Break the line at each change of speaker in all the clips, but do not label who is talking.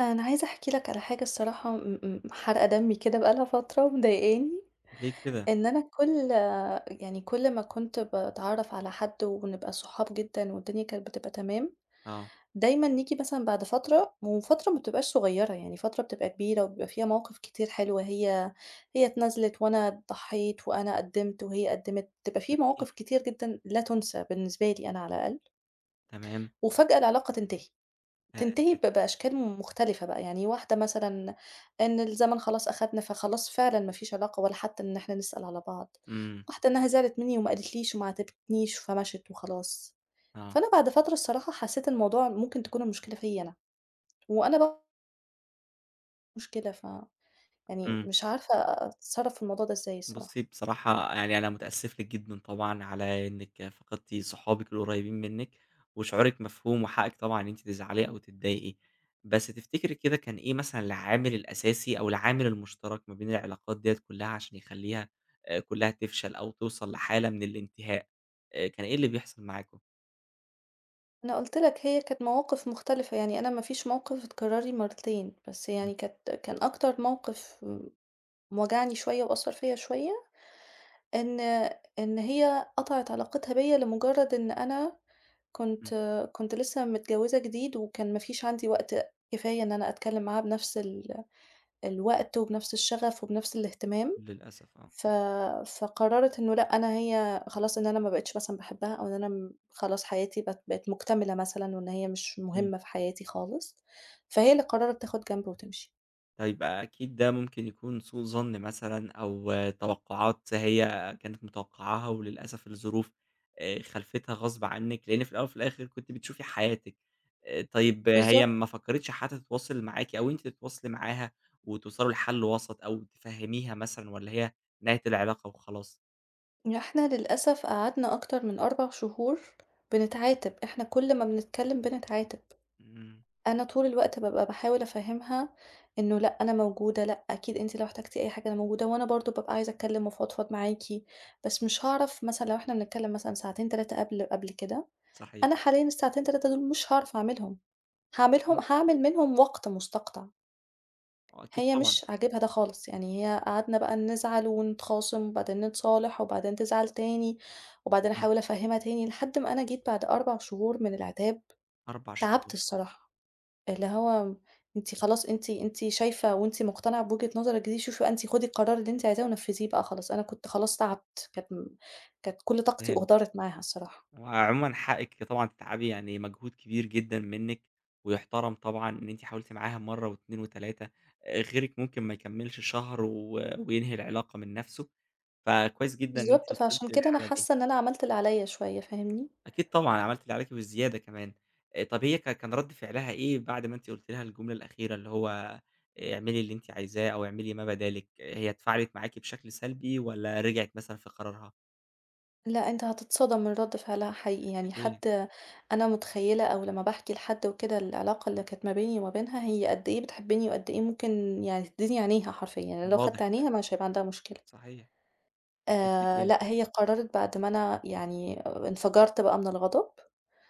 أنا عايزة أحكي لك على حاجة الصراحة م م حارقة دمي كده بقى لها فترة ومضايقاني،
ليه كده؟
إن أنا يعني كل ما كنت باتعرّف على حد ونبقى صحاب جدًا والدنيا كانت بتبقى تمام،
آه،
دايمًا نيجي مثلًا بعد فترة وفترة ما بتبقاش صغيرة، يعني فترة بتبقى كبيرة وبيبقى فيها مواقف كتير حلوة هي اتنازلت وأنا ضحّيت وأنا قدّمت وهي قدّمت، بتبقى في
جميل،
مواقف كتير جدًا لا تُنسى بالنسبة لي أنا على الأقل،
تمام،
وفجأة العلاقة تنتهي.
يا
تنتهي ب
ساتر!
بأشكال مختلفة بقى، يعني واحدة مثلًا إن الزمن خلاص أخدنا، فخلاص فعلًا ما فيش علاقة ولا حتى إن إحنا نسأل على بعض،
إمم،
واحدة إنها زعلت منّي وما قالتليش وما عاتبتنيش فمشت وخلاص،
آه،
فأنا بعد فترة الصراحة حسّيت الموضوع ممكن تكون المشكلة فيّا أنا، وأنا بقى مشكلة ف يعني
إمم.
مش عارفة أتصرّف في الموضوع ده إزاي
بُصّي
الصراحة.
بصراحة يعني أنا متأسف لِك جدًا طبعًا على إنِّك فقدتِ صحابِك القريبين منِّك، وشعورِك مفهوم وحقِّك طبعًا إن أنتِ تزعلي أو تتضايقي. بس تفتكري كده كان إيه مثلًا العامل الأساسي أو العامل المشترك ما بين العلاقات ديّة كلّها عشان يخلّيها كلّها تفشل أو توصل لحالة من الانتهاء؟ كان إيه اللي بيحصل معاكم؟
أنا قُلت لك هي كانت مواقف مختلفة، يعني أنا ما فيش موقف اتكرّر لي مرّتين، بس
إمم،
يعني كان أكتر موقف مواجعني شوية وأثّر فيّا شوية، إن إن هي قطعت علاقتها بيّا لمجرد إن أنا
إمم،
كنت كنت لسه متجوّزة جديد، وكان ما فيش عندي وقت كفاية إن أنا أتكلّم معاها بنفس الوقت وبنفس الشغف وبنفس الاهتمام،
للأسف آه.
ف فقرّرت إنه لأ، هي خلاص إن أنا ما بقيتش مثلًا باحبها أو إن أنا خلاص حياتي بقت مكتملة مثلًا وإن هي مش
إمم.
مهمة في حياتي خالص، فهي اللي قرّرت تاخُد جنب وتمشي.
طيب أكيد ده ممكن يكون سوء ظن مثلًا أو آه، توقعات هي كانت متوقعاها وللأسف الظروف خلفتها غصب عنِّك، لإن في الأول وفي الآخر كنتِ بتشوفي حياتِك. طيب آه، هي
بالضبط.
ما فكّرتش حتى تتواصل معاكِ أو أنتِ تتواصلي معاها وتوصلوا لحل وسط أو تفهّميها مثلًا والّا هي نهاية العلاقة وخلاص؟
إحنا للأسف قعدنا أكتر من 4 شهور بنتعاتب، إحنا كل ما بنتكلم بنتعاتب،
إمم،
أنا طول الوقت بابقى باحاول أفهمها إنه لأ أنا موجودة، لأ أكيد أنتِ لو احتجتِ أي حاجة أنا موجودة، وأنا برضه بابقى عايزة أتكلم وأفضفض معاكِ، بس مش هاعرف مثلًا لو إحنا بنتكلم مثلًا ساعتين 3 قبل كده،
صحيح.
أنا حاليًا الساعتين 3 دول مش هاعرف أعملهم،
مضبوط.
هاعملهم هاعمل منهم وقت مستقطع.
آه أكيد
هي
طبعًا.
مش عاجبها ده خالص، يعني هي قعدنا بقى نزعل ونتخاصم وبعدين نتصالح وبعدين تزعل تاني، وبعدين
إمم،
أحاول أفهّمها تاني لحد ما أنا جيت بعد 4 شهور من العتاب
4
تعبت
شهور،
الصراحة، اللي هو أنتِ خلاص أنتِ شايفة وأنتِ مقتنعة بوجهة نظرِك دي شوفي بقى أنتِ خدي القرار اللي أنتِ عايزاه ونفّذيه بقى خلاص، أنا كنت خلاص تعبت، كانت كل طاقتي
فهمت.
أُهدرت معاها الصراحة.
عمومًا حقِك طبعًا تتعبي، يعني مجهود كبير جدًا منِّك، ويُحترم طبعًا إن أنتِ حاولتِ معاها مرّة و2 و3 غيرِك ممكن ما يكمّلش شهر وينهي العلاقة من نَفْسه، فكويس جدًا إن أنتِ
بالضبط،
وصلتِ
فعشان كده أنا
للحالة دي.
حاسة إن أنا عملت اللي عليّا شوية، فاهمني؟
أكيد طبعًا عملتِ اللي عليكِ وزيادة كمان. طَب هي كان رَد فعلها إيه بعد ما أنتِ قُلتِ لها الجملة الأخيرة اللي هو اعملي اللي أنتِ عايزاه أو اعملي ما بذلِك، هي اتفاعلت معاكِ بشكل سلبي والّا رجعت مثلًا في قرارها؟
لأ، أنت هتتصدم من رد فعلها حقيقي،
قالت لِك
يعني
إيه؟
حد أنا متخيلة أو لمّا باحكي لحد وكده العلاقة اللي كانت ما بيني وما بينها هي قد إيه بتحبني وقد إيه ممكن يعني تديني عينيها حرفيًا، يعني لو خدت
واضح فعلًا،
عينيها مش هيبقى عندها مشكلة.
صحيح. قالت لِك إيه؟
لأ، هي قررت بعد ما أنا يعني انفجرت بقى من الغضب،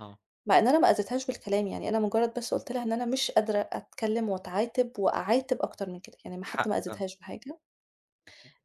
آه.
مع إن أنا ما أذيتهاش بالكلام، يعني أنا مجرد بس قُلت لها إن أنا مش قادرة أتكلم وأتعاتب وأعاتب أكتر من كده، يعني ما حتى
حق
ما
ده.
أذيتهاش بحاجة.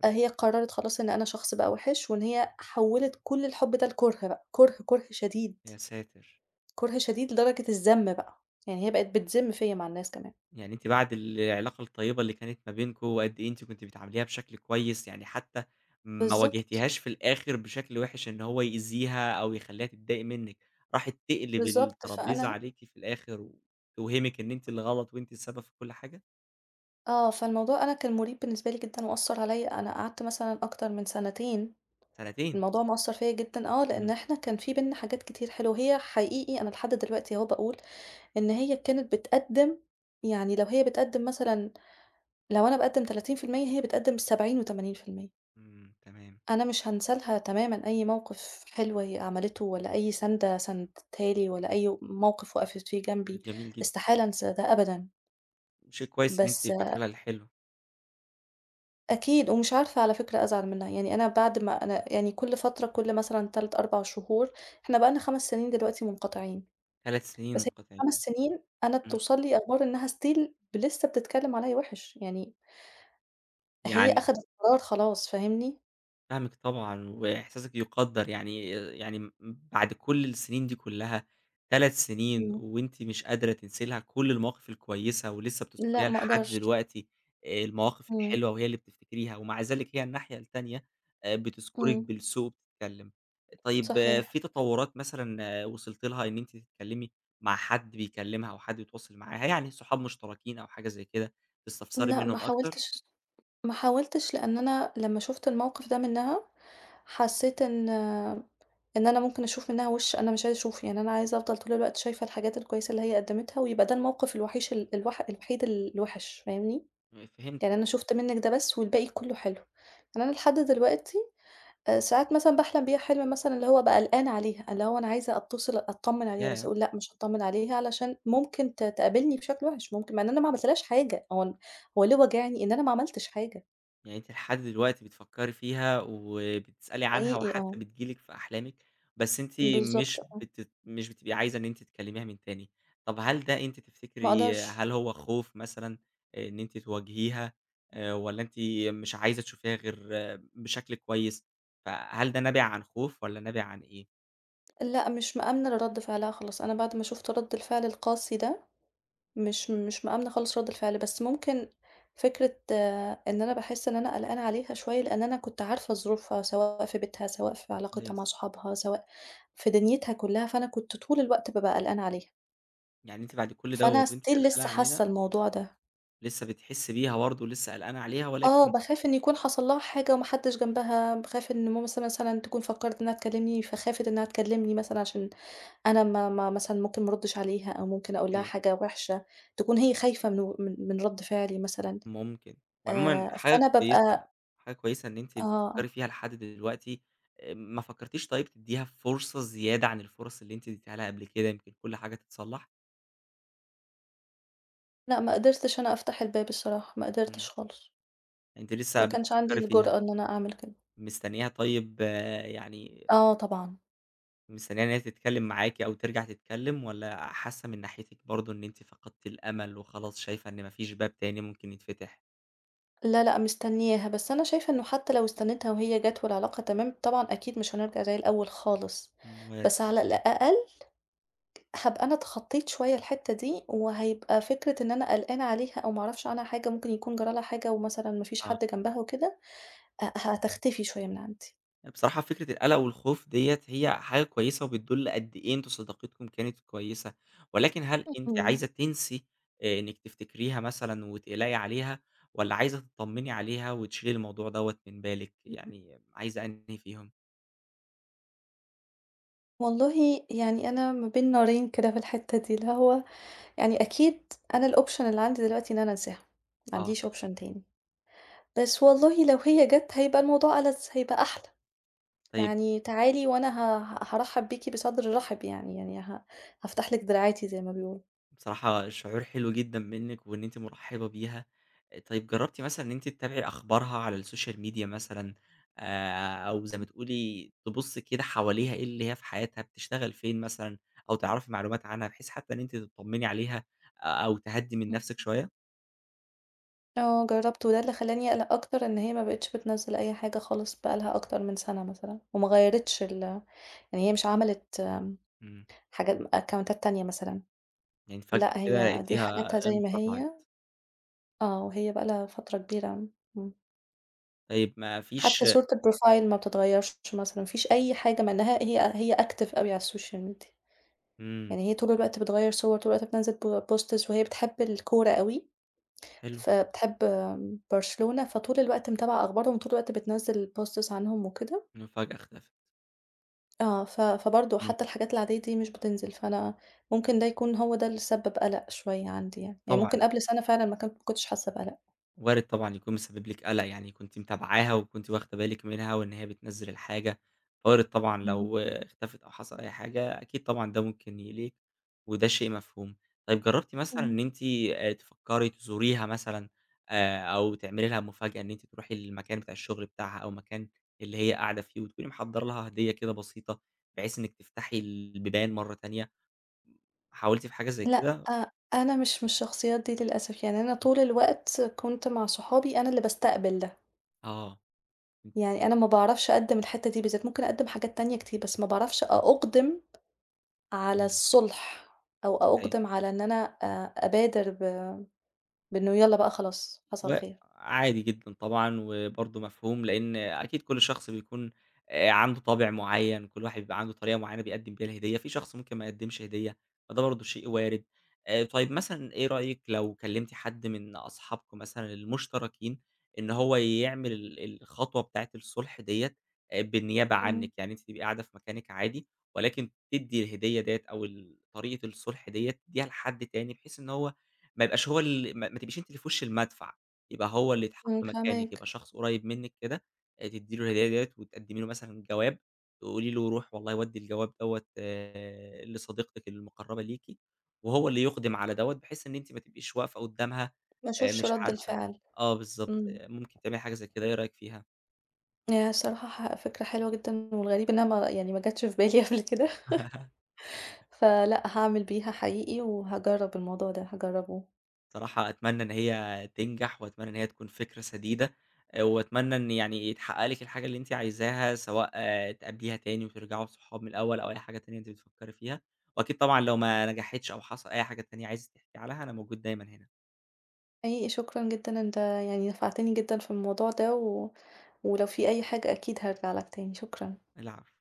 هي قررت خلاص إن أنا شخص بقى وِحِش، وإن هي حوّلت كل الحب ده لكره بقى، كره، كره شديد.
يا ساتر!
كره شديد لدرجة الذم بقى، يعني هي بقت بتذم فيّا مع الناس كمان.
يعني أنتِ بعد العلاقة الطيبة اللي كانت ما بينكم، وقد إيه أنتِ كنتِ بتعامليها بشكل كويس، يعني حتى ما
بالضبط،
واجهتيهاش في الآخر بشكل وِحِش إن هو يأذيها أو يخلّيها تتضايق منِّك، راحت تقلب
بالضبط،
الترابيزة
فأنا
عليكِ في الآخر، وتوهمِك إن أنتِ اللي غلط وأنتِ السبب في كل حاجة؟
آه، فالموضوع أنا كان مُريب بالنسبة لي جدًا وأثّر عليّا، أنا قعدت مثلًا أكتر من سنتين
سنتين!
الموضوع مأثّر فيّا جدًا آه، لإن
إمم،
إحنا كان في بيننا حاجات كتير حلوة، هي حقيقي أنا لحد دلوقتي أهو باقول إن هي كانت بتقدّم يعني لو هي بتقدّم مثلًا لو أنا باقدّم 30% هي بتقدّم 70 و80%.
إمم، تمام،
أنا مش هانسى لها تمامًا أي موقف حلو هي عملته، ولا أي سَنْدة ساندتها لي، ولا أي موقف وقفت فيه جنبي،
جميل جدًا،
استحالة أنسى ده أبدًا.
شيء كويس إن أنتِ
بس
فاكرة لها الحلو،
أكيد ومش عارفة على فكرة أزعل منها، يعني أنا بعد ما أنا يعني كل فترة كل مثلًا 3، 4 شهور إحنا بقى لنا 5 سنين دلوقتي منقطعين،
3 سنين
بس هي 5
منقطعين،
سنين أنا
إمم،
بتوصل لي أخبار إنها still لسه بتتكلم عليَّ وِحِش، يعني هي
يعني
أخدت قرار خلاص فاهمني؟
فاهمِك طبعًا، وإحساسِك يُقدّر، يعني بعد كل السنين دي كلّها، 3 سنين
إمم.
وأنتِ مش قادرة تنسي لها كل المواقف الكويسة ولسه
لأ
بتذكريها
ما
لحد
أقدرش.
دلوقتي، المواقف
إمم،
الحلوة وهي اللي بتفتكريها، ومع ذلك هي الناحية التانية بتذكرِك
إمم،
بالسوء وبتتكلم. طيب
صحيح.
في تطوّرات مثلًا وصلتِ لها إن أنتِ تتكلمي مع حد بيكلمها أو حد بيتواصل معاها، يعني صحاب مشتركين أو حاجة زي كده، تستفسري
لأ ما
منهم أكتر؟
حاولتش ما حاولتش لأن أنا لمّا شُفت الموقف ده منها، حسيت إن أنا ممكن أشوف منها وِش أنا مش عايزة أشوفه، يعني أنا عايزة أفضل طول الوقت شايفة الحاجات الكويسة اللي هي قدّمتها، ويبقى ده الموقف الوحيش ال الوح الوحيد الوِحِش، فاهمني؟ يعني
فهمتِك،
أنا شُفت منِّك ده بس والباقي كُلّه حلو. يعني أنا لحد دلوقتي ساعات مثلًا باحلم بيها حلم مثلًا اللي هو بابقى قلقانة عليها، اللي هو أنا عايزة أتصل أتطمّن عليها، بس
ياه!
أقول لأ مش هاتطمّن عليها علشان ممكن تقابلني بشكل وِحِش، ممكن مع إن أنا ما عملتلهاش حاجة، هو ليه واجعني إن أنا ما عملتش حاجة.
يعني أنتِ لحد دلوقتي بتفكّري فيها وبتسألي عنها
حقيقي آه،
وحتى بتيجي لِك في أحلامِك، بس أنتِ
بالضبط آه،
مش بتبقي عايزة إن أنتِ تكلميها من تاني. طب هل ده أنتِ
ما
تفتكري
أقدرش،
هل هو خوف مثلًا إن أنتِ تواجهيها والّا أنتِ مش عايزة تشوفيها غير آه، بشكل كويس، فهل ده نابع عن خوف والّا نابع عن إيه؟
لأ مش مأمنة لرد فعلها خالص، أنا بعد ما شُفت رد الفعل القاسي ده، مش مأمنة خالص رد الفعل، بس ممكن فكرة آه، إن أنا باحس إن أنا قلقانة عليها شوية، لإن أنا كنت عارفة ظروفها سواء في بيتها، سواء في علاقتها مع
كويس.
صحابها، سواء في دنيتها كلها، فأنا كنت طول الوقت بابقى قلقانة عليها،
يعني أنتِ بعد كل دوّة
فأنا
وأنتِ
still
قلقانة
لسه
علينا
حاسة الموضوع ده،
لسه بتحسّي بيها برضه ولسه قلقانة عليها
آه،
ولكن
باخاف إن يكون حصل لها حاجة وما حدش جنبها، باخاف إن ماما مثلًا تكون فكّرت إنها تكلمني، فخافت إنها تكلمني مثلًا عشان أنا ما مثلًا ممكن ما أردّش عليها أو ممكن أقول لها
صحيح.
حاجة وِحشة، تكون هي خايفة من و من من رَد فعلي مثلًا،
ممكن. وعمومًا حاجة
فأنا
كويسة
بابقى
حاجة كويسة إن أنتِ بتفكّري
آه،
فيها لحد دلوقتي، ما فكّرتيش طيب تدّيها فرصة زيادة عن الفُرَص اللي أنتِ اديتيها لها قبل كده، يمكن كل حاجة تتصلّح؟
لأ ما قدرتش أنا أفتح الباب الصراحة، ما
إمم.
قدرتش خالص،
أنتِ لسه
ما كانش
بتفكّري
عندي
فيها،
الجرأة إن أنا أعمل كده.
مستنياها طيب يعني
آه طبعًا،
مستنية إن هي تتكلّم معاكِ أو ترجع تتكلّم والّا حاسّة من ناحيتِك برضه إن أنتِ فقدتِ الأمل وخلاص شايفة إن ما فيش باب تاني ممكن يتفتح؟
لا، لأ مستنياها، بس أنا شايفة إنه حتى لو استنيتها وهي جات والعلاقة تمام، طبعًا أكيد مش هنرجع زي الأول خالص،
إمم وارد،
بس على الأقل هابقى أنا اتخطيت شوية الحتّة دي، وهيبقى فكرة إن أنا قلقانة عليها أو ما أعرفش عنها حاجة، ممكن يكون جرى لها حاجة ومثلًا ما فيش
آه.
حد جنبها وكده، أ هتختفي شوية من عندي.
بصراحة فكرة القلق والخوف ديّة هي حاجة كويسة وبتدل قد إيه أنتم صداقتكم كانت كويسة، ولكن هل أنتِ
اهم.
عايزة تنسي إنِّك تفتكريها مثلًا وتقلقي عليها، والّا عايزة تطمني عليها وتشيلي الموضوع دوّة من بالِك؟ يعني عايزة أنهي فيهم؟
والله يعني أنا ما بين نارين كده في الحتّة دي، اللي هو يعني أكيد أنا الoption اللي عندي دلوقتي إن أنا أنساها، ما
آه،
عنديش option تاني، بس والله لو هي جات هيبقى الموضوع ألذ، هيبقى أحلى،
طيب
يعني تعالي وأنا هارحّب بيكِ بصدر رحب يعني، يعني هافتح لِك دراعاتي زي ما بيقولوا.
بصراحة شعور حلو جدًا منِّك وإن أنتِ مرحّبة بيها. طيب جرّبتِ مثلًا إن أنتِ تتابعي أخبارها على السوشيال ميديا مثلًا أو زي ما تقولي تبُصّي كده حواليها إيه اللي هي في حياتها، بتشتغل فين مثلًا أو تعرفي معلومات عنها بحيث حتّى إن أنتِ تطّمني عليها أو تهدّي من نَفْسِك شوية؟
آه، جرّبته وده اللي خلّاني أقلق أكتر إن هي ما بقِتش بتنزّل أي حاجة خالص بقى لها أكتر من سَنة مثلًا، وما غيّرتش يعني هي مش عملت
إمم.
حاجات أكاونتات تانية مثلًا،
يعني فجأة
لأ
كده
هي دي
لقيتيها
حاجاتها زي ما
انقطعت.
هي آه، وهي بقى لها فترة كبيرة إمم،
طيب ما فيش
حتى صورة الprofile ما بتتغيّرش مثلًا، ما فيش أي حاجة مع إنها هي active أوي على السوشيال ميديا،
إمم.
يعني هي طول الوقت بتغيّر صور، طول الوقت بتنزّل ب posts وهي بتحب الكورة أوي.
حلو.
فبتحب برشلونة، فطول الوقت متابعة أخبارهم، طول الوقت بتنزّل posts عنهم وكده.
إنه فجأة اختفت.
آه، فبرضه
إمم.
حتى الحاجات العادية دي مش بتنزل، فأنا ممكن ده يكون هو ده اللي سبّب قَلَق شوية عندي يعني، يعني
طبعًا.
ممكن قبل سَنة فعلًا ما كنتش حاسة بقَلَق.
وارد طبعًا يكون مسبب لِك قلق، يعني كنتِ متابعاها وكنتِ واخدة بالِك منها وإن هي بتنزّل الحاجة، فوارد طبعًا
إمم،
لو اختفت أو حصل أي حاجة أكيد طبعًا ده ممكن يقلقِك وده شيء مفهوم. طيب جرّبتِ مثلًا إن
إمم.
أنتِ تفكّري تزوريها مثلًا أو تعملي لها مفاجأة إن أنتِ تروحي للمكان بتاع الشغل بتاعها أو مكان اللي هي قاعدة فيه وتكوني محضّرة لها هدية كده بسيطة بحيث إنِّك تفتحي البيبان مرّة تانية، حاولتِ في حاجة زي
لأ،
كده؟
آه، أنا مش من الشخصيات دي للأسف، يعني أنا
إمم،
طول الوقت كنت مع صحابي أنا اللي باستقبل ده،
آه.
يعني أنا ما باعرفش أقدّم الحتّة دي بالذات، ممكن أقدّم حاجات تانية كتير، بس ما باعرفش أُقدِم على
إمم.
الصلح، أو أُقدم على إن أنا أ أبادر بإنه يالّا بقى خلاص حصل خير.
وعادي جدًا طبعًا، وبرضه مفهوم لإن أكيد كل شخص بيكون عنده طابع معيّن، كل واحد بيبقى عنده طريقة معيّنة بيقدّم بيها الهدية، في شخص ممكن ما يقدّمش هدية، فده برضه شيء وارد. طيب مثلًا إيه رأيِك لو كلمتِ حد من أصحابكم مثلًا المشتركين إن هو يعمل الخطوة بتاعة الصلح ديّة بالنيابة
إمم.
عنِّك، يعني أنتِ تبقي قاعدة في مكانِك عادي، ولكن تدّي الهدية ديّة أو طريقة الصلح ديّة تدّيها لحد تاني، بحيث إن هو ما يبقاش هو ال ما ما تبقيش أنتِ اللي في وش المدفع. يبقى هو اللي يتحط
إمم،
مكانِك،
فاهماك،
يبقى شخص قريب منِّك كده، تدّي له الهدية ديّة وتقدّمي له مثلًا جواب، تقولي له روح والله ودّي الجواب دوّة لصديقتِك المقرّبة ليكِ، وهو اللي يُقدم على دوّة، بحيث إن أنتِ ما تبقيش واقفة قدّامها
ما أشوفش
مش
رَد
عارفة.
الفعل.
آه بالضبط،
إمم،
ممكن تعملي حاجة زي كده، إيه رأيك فيها؟
هي الصراحة فكرة حلوة جدًا، والغريب إنها ما يعني ما جاتش في بالي قبل كده، فلأ هاعمل بيها حقيقي، وهاجرّب الموضوع ده، هاجرّبه.
صراحة أتمنى إن هي تنجح، وأتمنى إن هي تكون فكرة سديدة، وأتمنى إن يعني يتحقق لِك الحاجة اللي أنتِ عايزاها، سواء آه، تقابليها تاني وترجعوا صحاب من الأول أو أي حاجة تانية أنتِ بتفكّري فيها، وأكيد طبعًا لو ما نجحتش أو حصل أي حاجة تانية عايزة تحكي عليها أنا موجود دايمًا هنا،
حقيقي شكرًا جدًا، أنت يعني نفعتني جدًا في الموضوع ده، ولو في أي حاجة أكيد هارجع لك تاني، شكرًا.
العفو.